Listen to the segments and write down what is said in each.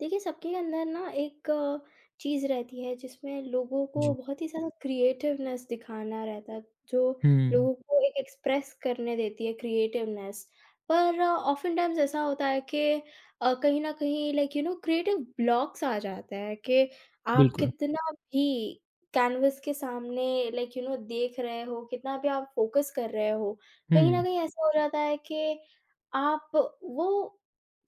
देखिए, सबके अंदर ना एक चीज़ रहती है जिसमें लोगों को जी। बहुत ही ज़्यादा क्रिएटिवनेस दिखाना रहता है, जो हुँ, लोगों को एक एक्सप्रेस करने देती है क्रिएटिवनेस। पर ऑफ़न टाइम्स ऐसा होता है कि कहीं न कहीं like you know creative blocks आ जाते हैं कि आप बिल्कुल। कितना भी कैनवस के सामने लाइक यू नो देख रहे हो, कितना भी आप फ़ोकस कर रहे हो, कहीं न हुँ, कहीं ऐसा हो जाता है कि आप वो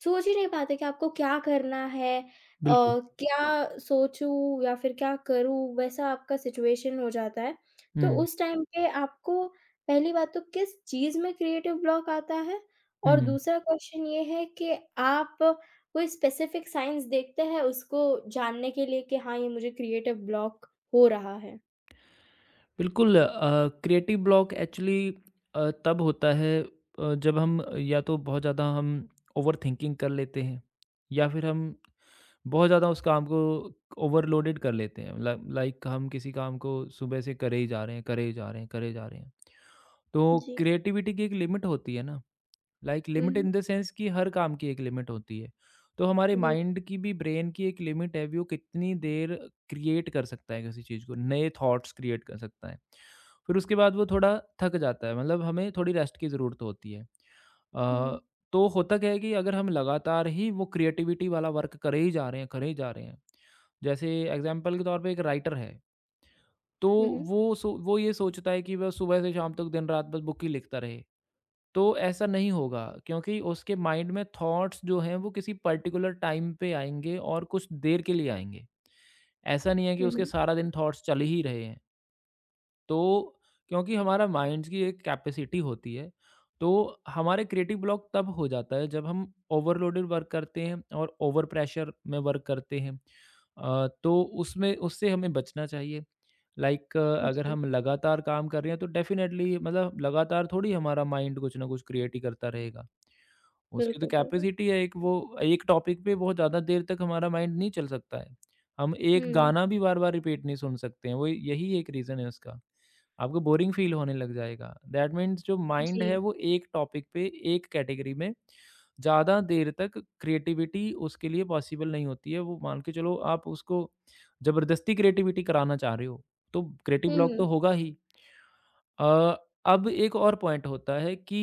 सोच ही नहीं पाते कि आपको क्या करना है। अ, बिल्कुल। क्या सोचूँ या फिर क्या करूँ? वैसा आपका सिचुएशन हो जाता है। तो हुँ, उस टाइम पे आपको पहली बात तो किस चीज़ में क्रिएटिव ब्लॉक आता है? और हुँ। दूसरा क्वेश्चन ये है कि आप कोई स्पेसिफिक साइन्स देखते हैं उसको जानने के लिए कि हाँ, ये मुझे क्रिएटिव ब्लॉक हो रहा है? बिल्कुल क्रिएटिव ब्लॉक एक्चुअली तब होता है जब हम या तो बहुत ज़्यादा हम ओवरथिंकिंग कर लेते हैं या फिर हम बहुत ज़्यादा उस काम को ओवरलोडेड कर लेते हैं। ल लाइक हम किसी काम को सुबह से करे ही जा रहे हैं, करे ही जा रहे हैं, करे ही जा रहे हैं। तो जी। क्रिएटिविटी की एक लिमिट होती है ना, like hmm, limit hmm, in the sense कि हर काम की एक लिमिट होती है। तो हमारे बिल्कुल। माइंड की भी, ब्रेन की एक लिमिट है भी, वो कितनी देर क्रिएट कर सकता है किसी चीज़ को, नए थॉट्स क्रिएट कर सकता है। फिर उसके बाद वो थोड़ा थक जाता है, मतलब हमें थोड़ी रेस्ट की ज़रूरत होती है। हुँ। तो होता क्या है कि अगर हम लगातार ही वो क्रिएटिविटी वाला वर्क करे ही जा रहे हैं, करे ही जा रहे हैं, जैसे एग्जाम्पल के तौर पे एक राइटर है, तो हुँ, हुँ, वो ये सोचता है कि वह सुबह से शाम तक दिन रात बस बुक ही लिखता रहे, तो ऐसा नहीं होगा, क्योंकि उसके माइंड में थॉट्स जो हैं वो किसी पर्टिकुलर टाइम पे आएँगे और कुछ देर के लिए आएँगे। ऐसा नहीं है कि हुँ, उसके हुँ। सारा दिन थॉट्स चल ही रहे हैं। तो क्योंकि हमारा माइंड्स की एक कैपेसिटी होती है, तो हमारे क्रिएटिव ब्लॉक तब हो जाता है जब हम ओवरलोडेड वर्क करते हैं और ओवर प्रेशर में वर्क करते हैं। तो उसमें उससे हमें बचना चाहिए। लाइक अगर जी, हम लगातार काम कर रहे हैं तो डेफ़िनेटली, मतलब लगातार थोड़ी हमारा माइंड कुछ ना कुछ क्रिएट ही करता रहेगा। उसकी तो बिल्कुल, बिल्कुल। कैपेसिटी है एक, वो एक टॉपिक पे बहुत ज़्यादा देर तक हमारा माइंड नहीं चल सकता है। हम एक हुँ, गाना भी बार-बार रिपीट नहीं सुन सकते हैं, वो यही एक रीज़न है उसका। आपको बोरिंग फ़ील होने लग जाएगा। दैट मीन्स जो माइंड जी। है वो एक टॉपिक पे, एक कैटेगरी में ज़्यादा देर तक क्रिएटिविटी उसके लिए पॉसिबल नहीं होती है। वो मान के चलो, आप उसको ज़बरदस्ती क्रिएटिविटी कराना चाह रहे हो, तो क्रिएटिव हुँ, ब्लॉक तो हुँ। होगा ही। अ, अब एक और पॉइंट होता है कि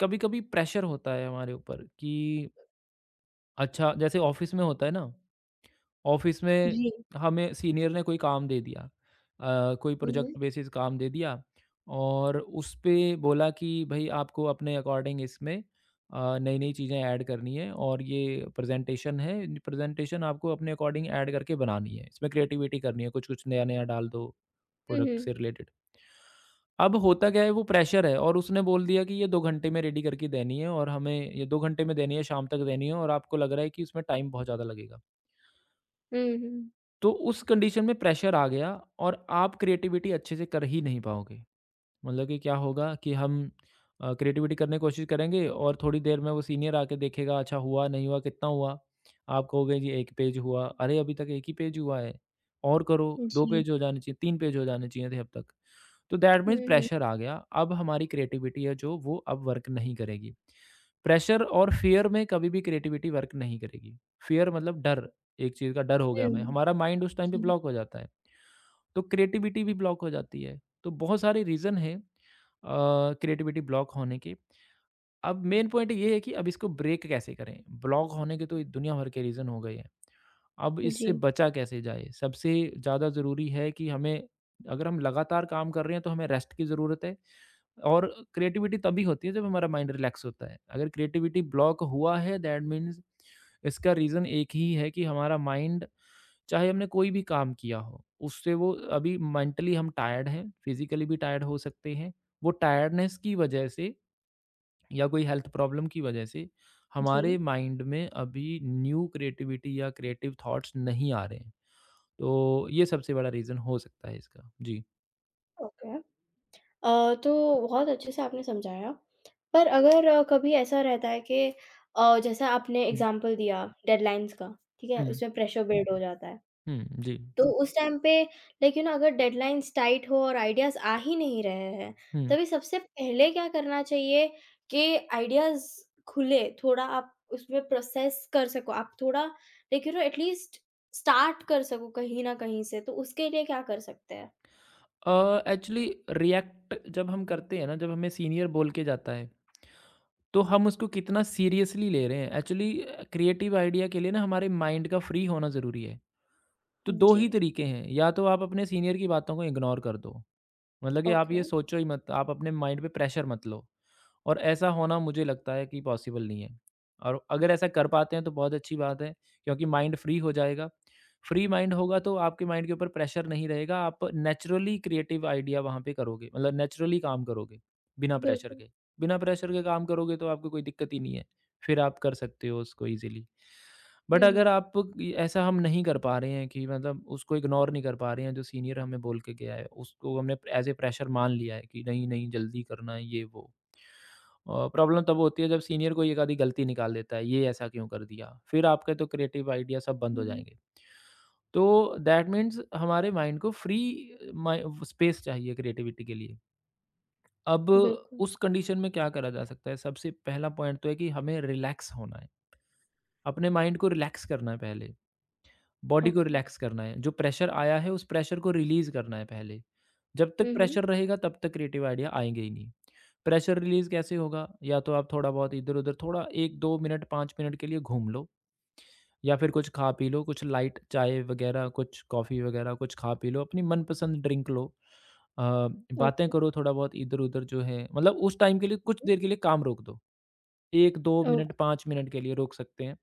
कभी-कभी प्रेशर होता है हमारे ऊपर कि अच्छा, जैसे ऑफिस में होता है ना, ऑफिस में जी। हमें सीनियर ने कोई काम दे दिया। कोई हुँ, हुँ। प्रोजेक्ट बेसिस काम दे दिया और उस पे बोला कि भई आपको अपने अकॉर्डिंग इसमें नई-नई चीज़ें ऐड करनी है, और ये प्रेजेंटेशन है, प्रेजेंटेशन आपको अपने अकॉर्डिंग ऐड करके बनानी है। इसमें क्रिएटिविटी करनी है, कुछ-कुछ नया-नया डाल दो हुँ, प्रोडक्ट हुँ। से रिलेटेड। अब होता क्या है, वो प्रेशर है और उसने बोल दिया कि ये 2 घंटे में रेडी करके देनी है और हमें ये 2 घंटे में देनी है, शाम तक देनी है, और आपको लग रहा है कि इसमें टाइम बहुत ज़्यादा लगेगा। हुँ, हुँ। तो उस कंडीशन में प्रेशर आ गया और आप क्रिएटिविटी अच्छे से कर ही नहीं पाओगे। मतलब कि क्या होगा कि हम क्रिएटिविटी करने की कोशिश करेंगे और थोड़ी देर में वो सीनियर आके देखेगा, अच्छा हुआ नहीं हुआ कितना हुआ, आप कहोगे जी एक पेज हुआ, अरे अभी तक एक ही पेज हुआ है, और करो, दो जी। पेज हो जाने चाहिए, तीन पेज हो जाने चाहिए थे अब तक। तो that means hmm, hmm, pressure आ गया, अब हमारी क्रिएटिविटी है जो वो अब वर्क नहीं करेगी। प्रेशर और फियर में कभी भी क्रिएटिविटी वर्क नहीं करेगी। फियर मतलब डर, एक चीज़ का डर हो गया हमें, हुँ। हमारा माइंड उस टाइम पे जी। ब्लॉक हो जाता है तो क्रिएटिविटी भी ब्लॉक हो जाती है। तो बहुत सारे रीज़न हैं क्रिएटिविटी ब्लॉक होने के। अब मेन पॉइंट ये है कि अब इसको ब्रेक कैसे करें? ब्लॉक होने के तो दुनिया भर के रीज़न हो गए हैं। अब जी। इससे बचा कैसे जाए? सबसे ज़्यादा ज़रूरी है कि हमें, अगर हम लगातार काम कर रहे हैं तो हमें रेस्ट की ज़रूरत है, और क्रिएटिविटी तभी होती है जब हमारा माइंड रिलैक्स होता है। अगर क्रिएटिविटी ब्लॉक हुआ है दैट मीन्स इसका रीज़न एक ही है कि हमारा माइंड, चाहे हमने कोई भी काम किया हो, उससे वो अभी मेंटली हम टायर्ड हैं, फिज़िकली भी टायर्ड हो सकते हैं। वो टायर्डनेस की वजह से या कोई हेल्थ प्रॉब्लम की वजह से जी। हमारे माइंड में अभी न्यू क्रिएटिविटी या क्रिएटिव थॉट्स नहीं आ रहे हैं। तो ये सबसे बड़ा रीज़न हो सकता है इसका। जी। ओके। तो बहुत अच्छे से आपने समझाया। पर अगर कभी ऐसा रहता है कि जैसा आपने हुँ, एग्ज़ाम्पल दिया डेडलाइन्स का, ठीक है? हुँ, उसमें प्रेशर बिल्ड हो जाता है। हुँ, जी, तो उस टाइम पे लाइक यू नो अगर डेडलाइन्स टाइट हो और आइडियाज़ आ ही नहीं रहे हैं, हुँ। तभी सबसे पहले क्या करना चाहिए कि आइडियाज़ खुले, थोड़ा आप उसमें प्रोसेस कर सको, आप थोड़ा like you know at least start कर सको कहीं न कहीं से, तो उसके लिए क्या कर सकते हैं? अ, एक्चुअली रिएक्ट जब हम करते हैं ना, जब हमें सीनियर बोल के जाता है, तो हम उसको कितना सीरियसली ले रहे हैं। एक्चुअली क्रिएटिव आइडिया के लिए ना हमारे माइंड का फ्री होना ज़रूरी है। तो 2 जी। ही तरीके हैं, या तो आप अपने सीनियर की बातों को इग्नोर कर दो, मतलब कि आप ओके, ये सोचो ही मत, आप अपने माइंड पे प्रेशर मत लो, और ऐसा होना मुझे लगता है कि पॉसिबल नहीं है, और अगर ऐसा कर पाते हैं तो बहुत अच्छी बात है, क्योंकि माइंड फ्री हो जाएगा। फ्री माइंड होगा तो आपके माइंड के ऊपर प्रेशर नहीं रहेगा, आप नेचुरली क्रिएटिव आइडिया वहाँ पे करोगे, मतलब नेचुरली काम करोगे, बिना प्रेशर बिल्कुल। के। बिना प्रेशर के काम करोगे तो आपको कोई दिक्कत ही नहीं है, फिर आप कर सकते हो उसको ईज़िली। हुँ, बट अगर हुँ। आप इ ऐसा हम नहीं कर पा रहे हैं, कि मतलब उसको इग्नोर नहीं कर पा रहे हैं जो सीनियर हमें बोल के गया है, उसको हमने एज़ ए प्रेशर मान लिया है कि नहीं, नहीं जल्दी करना है ये वो। प्रॉब्लम तब होती है जब सीनियर कोई एक आधी गलती निकाल देता है, ये ऐसा क्यों कर दिया? फिर आपके तो क्रिएटिव आइडिया सब बंद हो हुँ, हुँ। जाएँगे। तो दैट मीन्स हमारे माइंड को फ्री माइ स्पेस चाहिए क्रिएटिविटी के लिए। अब बिल्कुल, उस कंडीशन में क्या करा जा सकता है? सबसे पहला पॉइंट तो है कि हमें रिलैक्स होना है। अपने माइंड को रिलैक्स करना है पहले। बॉडी को ओके। रिलैक्स करना है, जो प्रेशर आया है उस प्रेशर को रिलीज़ करना है पहले। जब हुँ, तक हुँ। प्रेशर रहेगा तब तक क्रिएटिव आइडिया आएँगे ही नहीं। प्रेशर रिलीज़ कैसे होगा? या तो आप थोड़ा-बहुत इधर-उधर, थोड़ा 1-2 मिनट, 5 मिनट के लिए घूम लो, या फिर कुछ खा पी लो, कुछ लाइट चाय वगैरह, कुछ कॉफ़ी वगैरह कुछ खा पी लो, अपनी मनपसंद ड्रिंक लो। अ, ओके, बातें हुँ, करो थोड़ा-बहुत इधर-उधर, जो है मतलब उस टाइम के लिए कुछ हुँ। देर के लिए काम रोक दो। 1-2 मिनट, ओके, 5 मिनट के लिए रोक सकते हैं।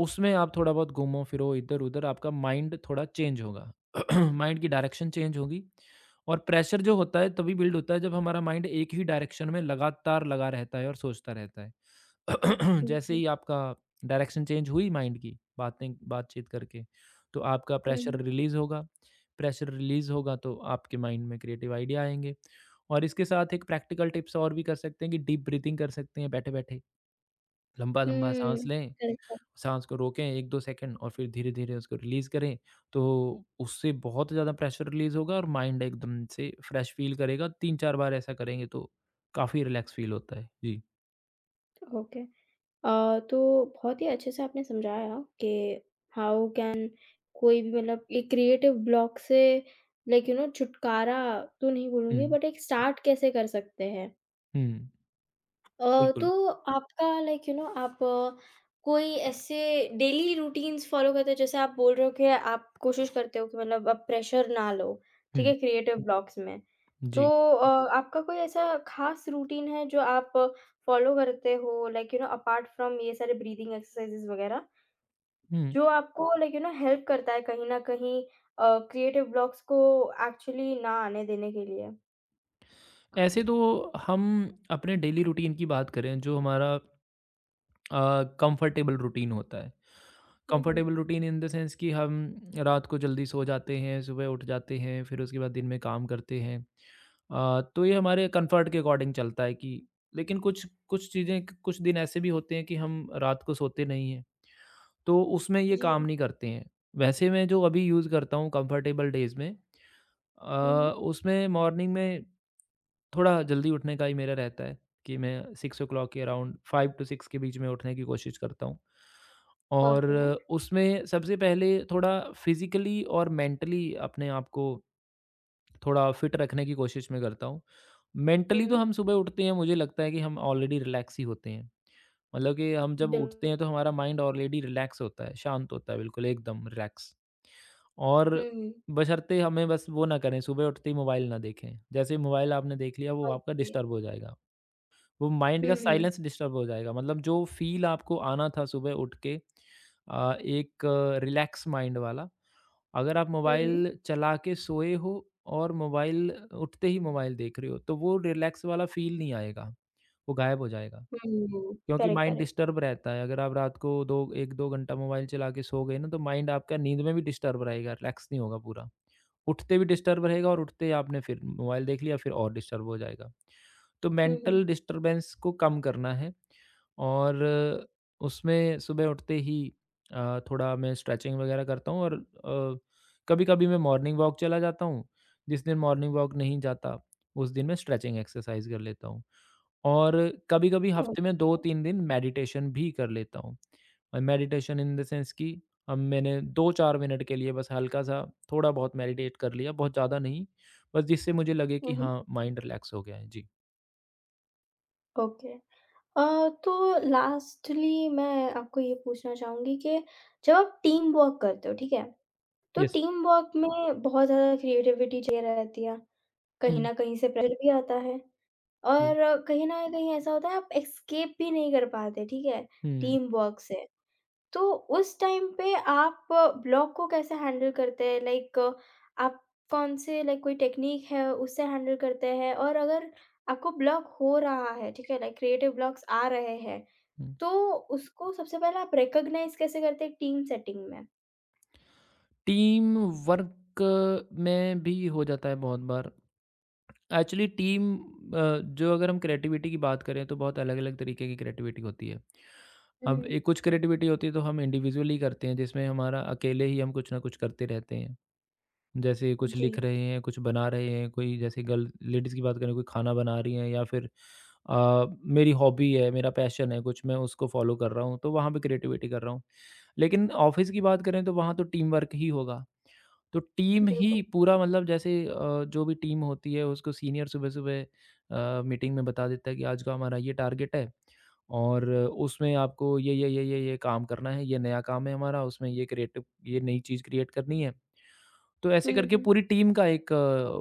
उसमें आप थोड़ा बहुत घूमो फिरो इधर-उधर, आपका माइंड थोड़ा चेंज होगा। माइंड की डायरेक्शन चेंज होगी, और प्रेशर जो होता है तभी बिल्ड होता है जब हमारा माइंड एक ही डायरेक्शन में लगातार लगा रहता है और सोचता रहता है। जैसे जी। ही आपका डायरेक्शन चेंज हुई माइंड की, बातें बातचीत करके, तो आपका हुँ, प्रेशर हुँ। रिलीज़ होगा। प्रेशर रिलीज़ होगा तो आपके माइंड में क्रिएटिव आइडिया आएँगे, और इसके साथ एक प्रैक्टिकल टिप्स और भी कर सकते हैं कि डीप ब्रीथिंग कर सकते हैं बैठे-बैठे। हुँ, लंबा-लंबा साँस लें, करेक्ट, करेक्ट, साँस को रोकें 1-2 सेकंड और फिर धीरे-धीरे उसको रिलीज़ करें, तो उससे बहुत ज़्यादा प्रेशर रिलीज़ होगा और माइंड एकदम से फ्रेश फ़ील करेगा। 3-4 बार ऐसा करेंगे तो काफ़ी रिलैक्स फ़ील होता है। जी। ओके। तो बहुत ही अच्छे से आपने समझाया कि हाउ कैन कोई भी मतलब एक क्रिएटिव ब्लॉक से लाइक यू नो छुटकारा तो नहीं बोलूँगी हुँ, बट एक स्टार्ट कैसे कर सकते हैं। हुँ, बिल्कुल। तो आपका लाइक यू नो आप कोई ऐसे डेली रूटीन्स फॉलो करते हो जैसे आप बोल रहे हो कि आप कोशिश करते हो कि मतलब आप प्रेशर ना लो, ठीक हुँ, है क्रिएटिव ब्लॉक्स में। तो जी। अ, आपका कोई ऐसा खास रूटीन है जो आप फॉलो करते हो like you know apart from ये सारे ब्रीदिंग एक्सरसाइजेस वगैरह हुँ, जो आपको लाइक यू नो हेल्प करता है कहीं न कहीं क्रिएटिव ब्लॉक्स को एक्चुअली ना आने देने के लिए? ऐसे तो हम, अपने डेली रूटीन की बात करें, जो हमारा कंफर्टेबल रूटीन होता है, hmm, hmm. Comfortable routine in the sense कि हम रात को जल्दी सो जाते हैं, सुबह उठ जाते हैं, फिर उसके बाद दिन में काम करते हैं। तो ये हमारे कंफर्ट के अकॉर्डिंग चलता है कि, लेकिन कुछ कुछ चीज़ें, कुछ दिन ऐसे भी होते हैं कि हम रात को सोते नहीं हैं, तो उसमें ये जी। काम नहीं करते हैं। वैसे मैं जो अभी यूज़ करता हूँ कंफर्टेबल डेज में, हुँ, अ, हुँ। उसमें मॉर्निंग में थोड़ा जल्दी उठने का ही मेरा रहता है, कि मैं 6 o'clock के अराउंड, 5 टू 6 के बीच में उठने की कोशिश करता हूँ। और ओके। उसमें सबसे पहले थोड़ा फिज़िकली और मेंटली अपने आप को थोड़ा फिट रखने की कोशिश मैं करता हूँ। हुँ, मेंटली तो हुँ। हम सुबह उठते हैं, मुझे लगता है कि हम ऑलरेडी रिलैक्स ही होते हैं। मतलब कि हम जब उठते बिल हैं तो हमारा माइंड ऑलरेडी रिलैक्स होता है, शांत होता है, बिल्कुल एकदम रिलैक्स। और హ్మ్. बशर्ते हमें बस वो ना करें, सुबह उठते ही मोबाइल ना देखें। जैसे ही मोबाइल आपने देख लिया, वो आपका ఓకే. डिस्टर्ब हो जाएगा, वो माइंड का హుహు. साइलेंस डिस्टर्ब हो जाएगा। मतलब जो फ़ील आपको आना था सुबह उठ के, एक रिलैक्स माइंड वाला, अगर आप హ్మ్. मोबाइल चला के सोए हो और मोबाइल उठते ही मोबाइल देख रहे हो, तो वो रिलैक्स वाला फ़ील नहीं आएगा, वो गायब हो जाएगा। హ్మ్. क्योंकि करेक्ट, माइंड करेक्ट. डिस्टर्ब रहता है, अगर आप रात को 2 1-2 घंटा मोबाइल चला के सो गए ना, तो माइंड आपका नींद में भी डिस्टर्ब रहेगा, रिलैक्स नहीं होगा पूरा। उठते भी डिस्टर्ब रहेगा और उठते ही आपने फिर मोबाइल देख लिया, फिर और डिस्टर्ब हो जाएगा। तो हुँ, हुँ. मेंटल डिस्टर्बेंस को कम करना है और उसमें सुबह उठते ही थोड़ा मैं स्ट्रेचिंग वगैरह करता हूँ और कभी-कभी मैं मॉर्निंग वॉक चला जाता हूँ। जिस दिन मॉर्निंग वॉक नहीं जाता, उस दिन मैं स्ट्रेचिंग एक्सरसाइज कर लेता हूँ। और कभी-कभी हफ्ते में 2-3 दिन मेडिटेशन भी कर लेता हूँ। मेडिटेशन इन द सेंस कि अब मैंने 2-4 मिनट के लिए बस हल्का-सा थोड़ा-बहुत मेडिटेट कर लिया, बहुत ज़्यादा नहीं, बस जिससे मुझे लगे कि हुँ, हाँ, माइंड रिलैक्स हो गया है। जी। ओके. अ, तो लास्टली मैं आपको ये पूछना चाहूँगी कि जब आप टीम वर्क करते हो, ठीक है? तो यस। टीम वर्क में बहुत ज़्यादा क्रिएटिविटी चाहिए रहती है। कहीं हुँ, न कहीं से प्रेशर भी आता है जी। और कहीं न कहीं ऐसा होता है आप एस्केप भी नहीं कर पाते, ठीक है? हुँ, टीम वर्क से। तो उस टाइम पे आप ब्लॉक को कैसे हैंडल करते हैं? लाइक आप कौन से लाइक कोई टेक्निक है उससे हैंडल करते हैं? और अगर आपको ब्लॉक हो रहा है, ठीक है? लाइक क्रिएटिव ब्लॉक्स आ रहे हैं, हुँ। तो उसको सबसे पहले आप रिकॉग्नाइज़ कैसे करते हैं टीम सेटिंग में? टीम वर्क में भी हो जाता है बहुत बार। एक्चुअली जो अगर हम क्रिएटिविटी की बात करें तो बहुत अलग-अलग तरीके की क्रिएटिविटी होती है। अब हुँ। एक कुछ क्रिएटिविटी होती है तो हम इंडिविजुअली करते हैं जिसमें हमारा अकेले ही हम कुछ ना कुछ करते रहते हैं। जैसे कुछ लिख जी, रहे हैं, कुछ बना रहे हैं, कोई जैसे गर्ल लेडीज़ की बात करें कोई खाना बना रही हैं या फिर अ, मेरी हॉबी है, मेरा पैशन है कुछ मैं उसको फॉलो कर रहा हूँ तो वहाँ पे क्रिएटिविटी कर रहा हूँ। लेकिन ऑफ़िस की बात करें तो वहाँ तो टीम वर्क ही होगा, तो टीम ही बिल्कुल। पूरा मतलब जैसे जो भी टीम होती है उसको सीनियर सुबह-सुबह मीटिंग में बता देता है कि आज का हमारा ये टारगेट है और उसमें आपको ये काम करना है, ये नया काम है हमारा, उसमें ये क्रिएटिव ये नई चीज़ क्रिएट करनी है। तो हुँ, ऐसे करके हुँ। पूरी टीम का एक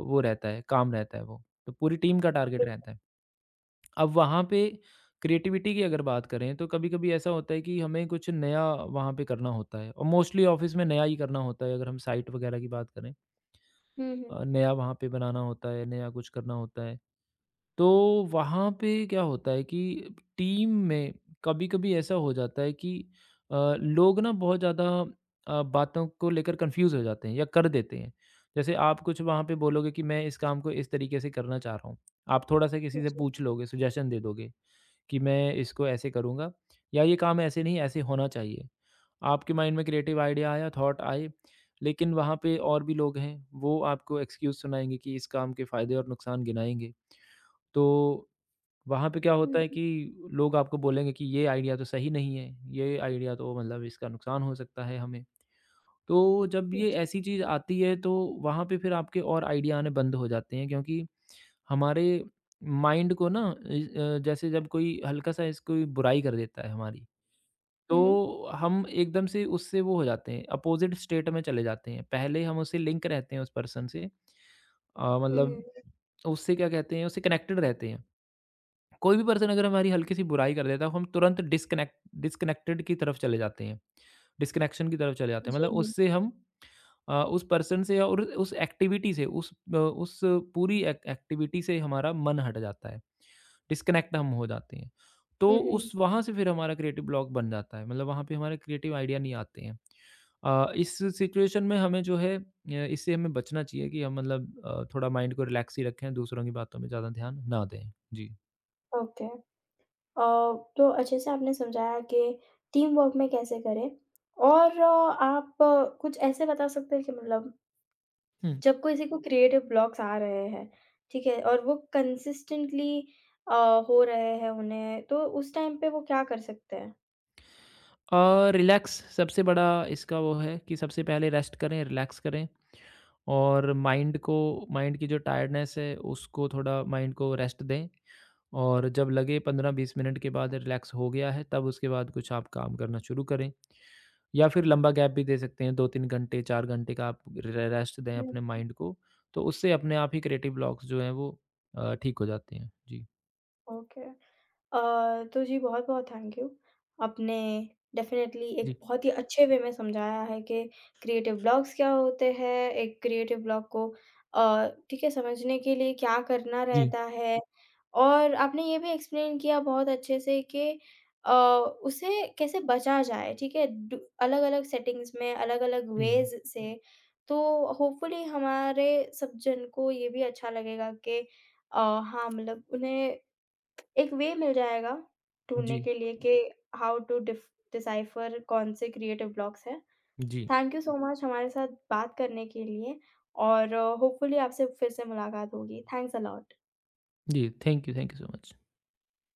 वो रहता है, काम रहता है वो। तो पूरी टीम का टारगेट बिल रहता है। अब वहाँ पे क्रिएटिविटी की अगर बात करें तो कभी-कभी ऐसा होता है कि हमें कुछ नया वहाँ पे करना होता है और मोस्टली ऑफ़िस में नया ही करना होता है अगर हम साइट वगैरह की बात करें। हुँ, हुँ। नया वहाँ पे बनाना होता है, नया कुछ करना होता है। तो वहाँ पे क्या होता है कि टीम में कभी-कभी ऐसा हो जाता है कि लोग ना बहुत ज़्यादा बातों को लेकर कन्फ्यूज़ हो जाते हैं या कर देते हैं। जैसे आप कुछ वहाँ पे बोलोगे कि मैं इस काम को इस तरीके से करना चाह रहा हूँ। आप थोड़ा-सा किसी से जी। पूछ लोगे, सजेशन दे दोगे कि मैं इसको ऐसे करूँगा या ये काम ऐसे नहीं, ऐसे होना चाहिए। आपके माइंड में क्रिएटिव आइडिया आया, थॉट आए, लेकिन वहाँ पे और भी लोग हैं, वो आपको एक्सक्यूज़ सुनाएँगे कि इस काम के फ़ायदे और नुकसान गिनाएँगे। तो वहाँ पे क्या होता है हुँ, कि लोग आपको बोलेंगे कि ये आइडिया तो सही नहीं है, ये आइडिया तो मतलब इसका नुकसान हो सकता है हमें। तो जब हुँ। ये ऐसी चीज़ आती है तो वहाँ पे फिर आपके और आइडिया आने बंद हो जाते हैं, क्योंकि हमारे माइंड को ना जैसे जब कोई हल्का-सा इस कोई बुराई कर देता है हमारी, हुँ, हुँ। तो हम एकदम से उससे वो हो जाते हैं, अपोज़िट स्टेट में चले जाते हैं। पहले हम उससे लिंक रहते हैं उस पर्सन से। हुँ, हुँ। मतलब उससे क्या कहते हैं, उससे कनेक्टेड रहते हैं। कोई भी पर्सन अगर हमारी हल्की सी बुराई कर देता है तो हम तुरंत डिस्कनेक्टेड की तरफ चले जाते हैं, डिस्कनेक्शन की तरफ चले जाते हैं, जी, मतलब हुँ। उससे हम उस पर्सन से और उस एक्टिविटी से उस पूरी एक्टिविटी से हमारा मन हट जाता है, डिस्कनेक्ट हम हो जाते हैं। तो हुँ, हुँ। उस वहाँ से फिर हमारा क्रिएटिव ब्लॉक बन जाता है मतलब वहाँ पे हमारे क्रिएटिव आइडिया नहीं आते हैं इस सिचुएशन में हमें जो है इससे हमें बचना चाहिए कि हम मतलब थोड़ा माइंड को रिलैक्स ही रखें, दूसरों की बातों में ज़्यादा ध्यान ना दें। जी। ओके। अ, तो अच्छे से आपने समझाया कि टीम वर्क में कैसे करें और आप कुछ ऐसे बता सकते हैं कि मतलब जब किसी को क्रिएटिव ब्लॉक्स आ रहे हैं, ठीक है? और वो कंसिस्टेंटली अ, हो रहे हैं उन्हें, तो उस टाइम पे वो क्या कर सकते हैं? और रिलैक्स सबसे बड़ा इसका वो है कि सबसे पहले रेस्ट करें, रिलैक्स करें, और माइंड की जो टायर्डनेस है उसको थोड़ा माइंड को रेस्ट दें। और जब लगे 15-20 मिनट के बाद रिलैक्स हो गया है, तब उसके बाद कुछ आप काम करना शुरू करें। या फिर लंबा गैप भी दे सकते हैं, 2-3 घंटे 4 घंटे का आप रेस्ट दें हुँ, अपने माइंड को। तो उससे अपने आप ही क्रिएटिव ब्लॉक्स जो हैं वो ठीक हो जाते हैं। जी। ओके। अ, तो जी बहुत-बहुत थैंक यू। आपने डेफ़िनेटली एक जी। बहुत ही अच्छे वे में समझाया है कि क्रिएटिव ब्लॉक्स क्या होते हैं, एक क्रिएटिव ब्लॉक को ठीक है, समझने के लिए क्या करना जी। रहता है और आपने ये भी एक्सप्लेन किया बहुत अच्छे से कि अ, उसे कैसे बचा जाए, ठीक है? डू अलग-अलग सेटिंग्स में, अलग-अलग हम्म। वेज़ से, तो होपफुली हमारे सब जन को ये भी अच्छा लगेगा कि हाँ, मतलब उन्हें एक वे मिल जाएगा ढूँढने जी। के लिए कि हाउ टू डिफ डिसाइफ़र कौन से क्रिएटिव ब्लॉक्स हैं। जी। थैंक यू सो मच हमारे साथ बात करने के लिए और होपफुली आपसे फिर से मुलाकात होगी। Thanks a lot. जी। Thank you, thank you so much.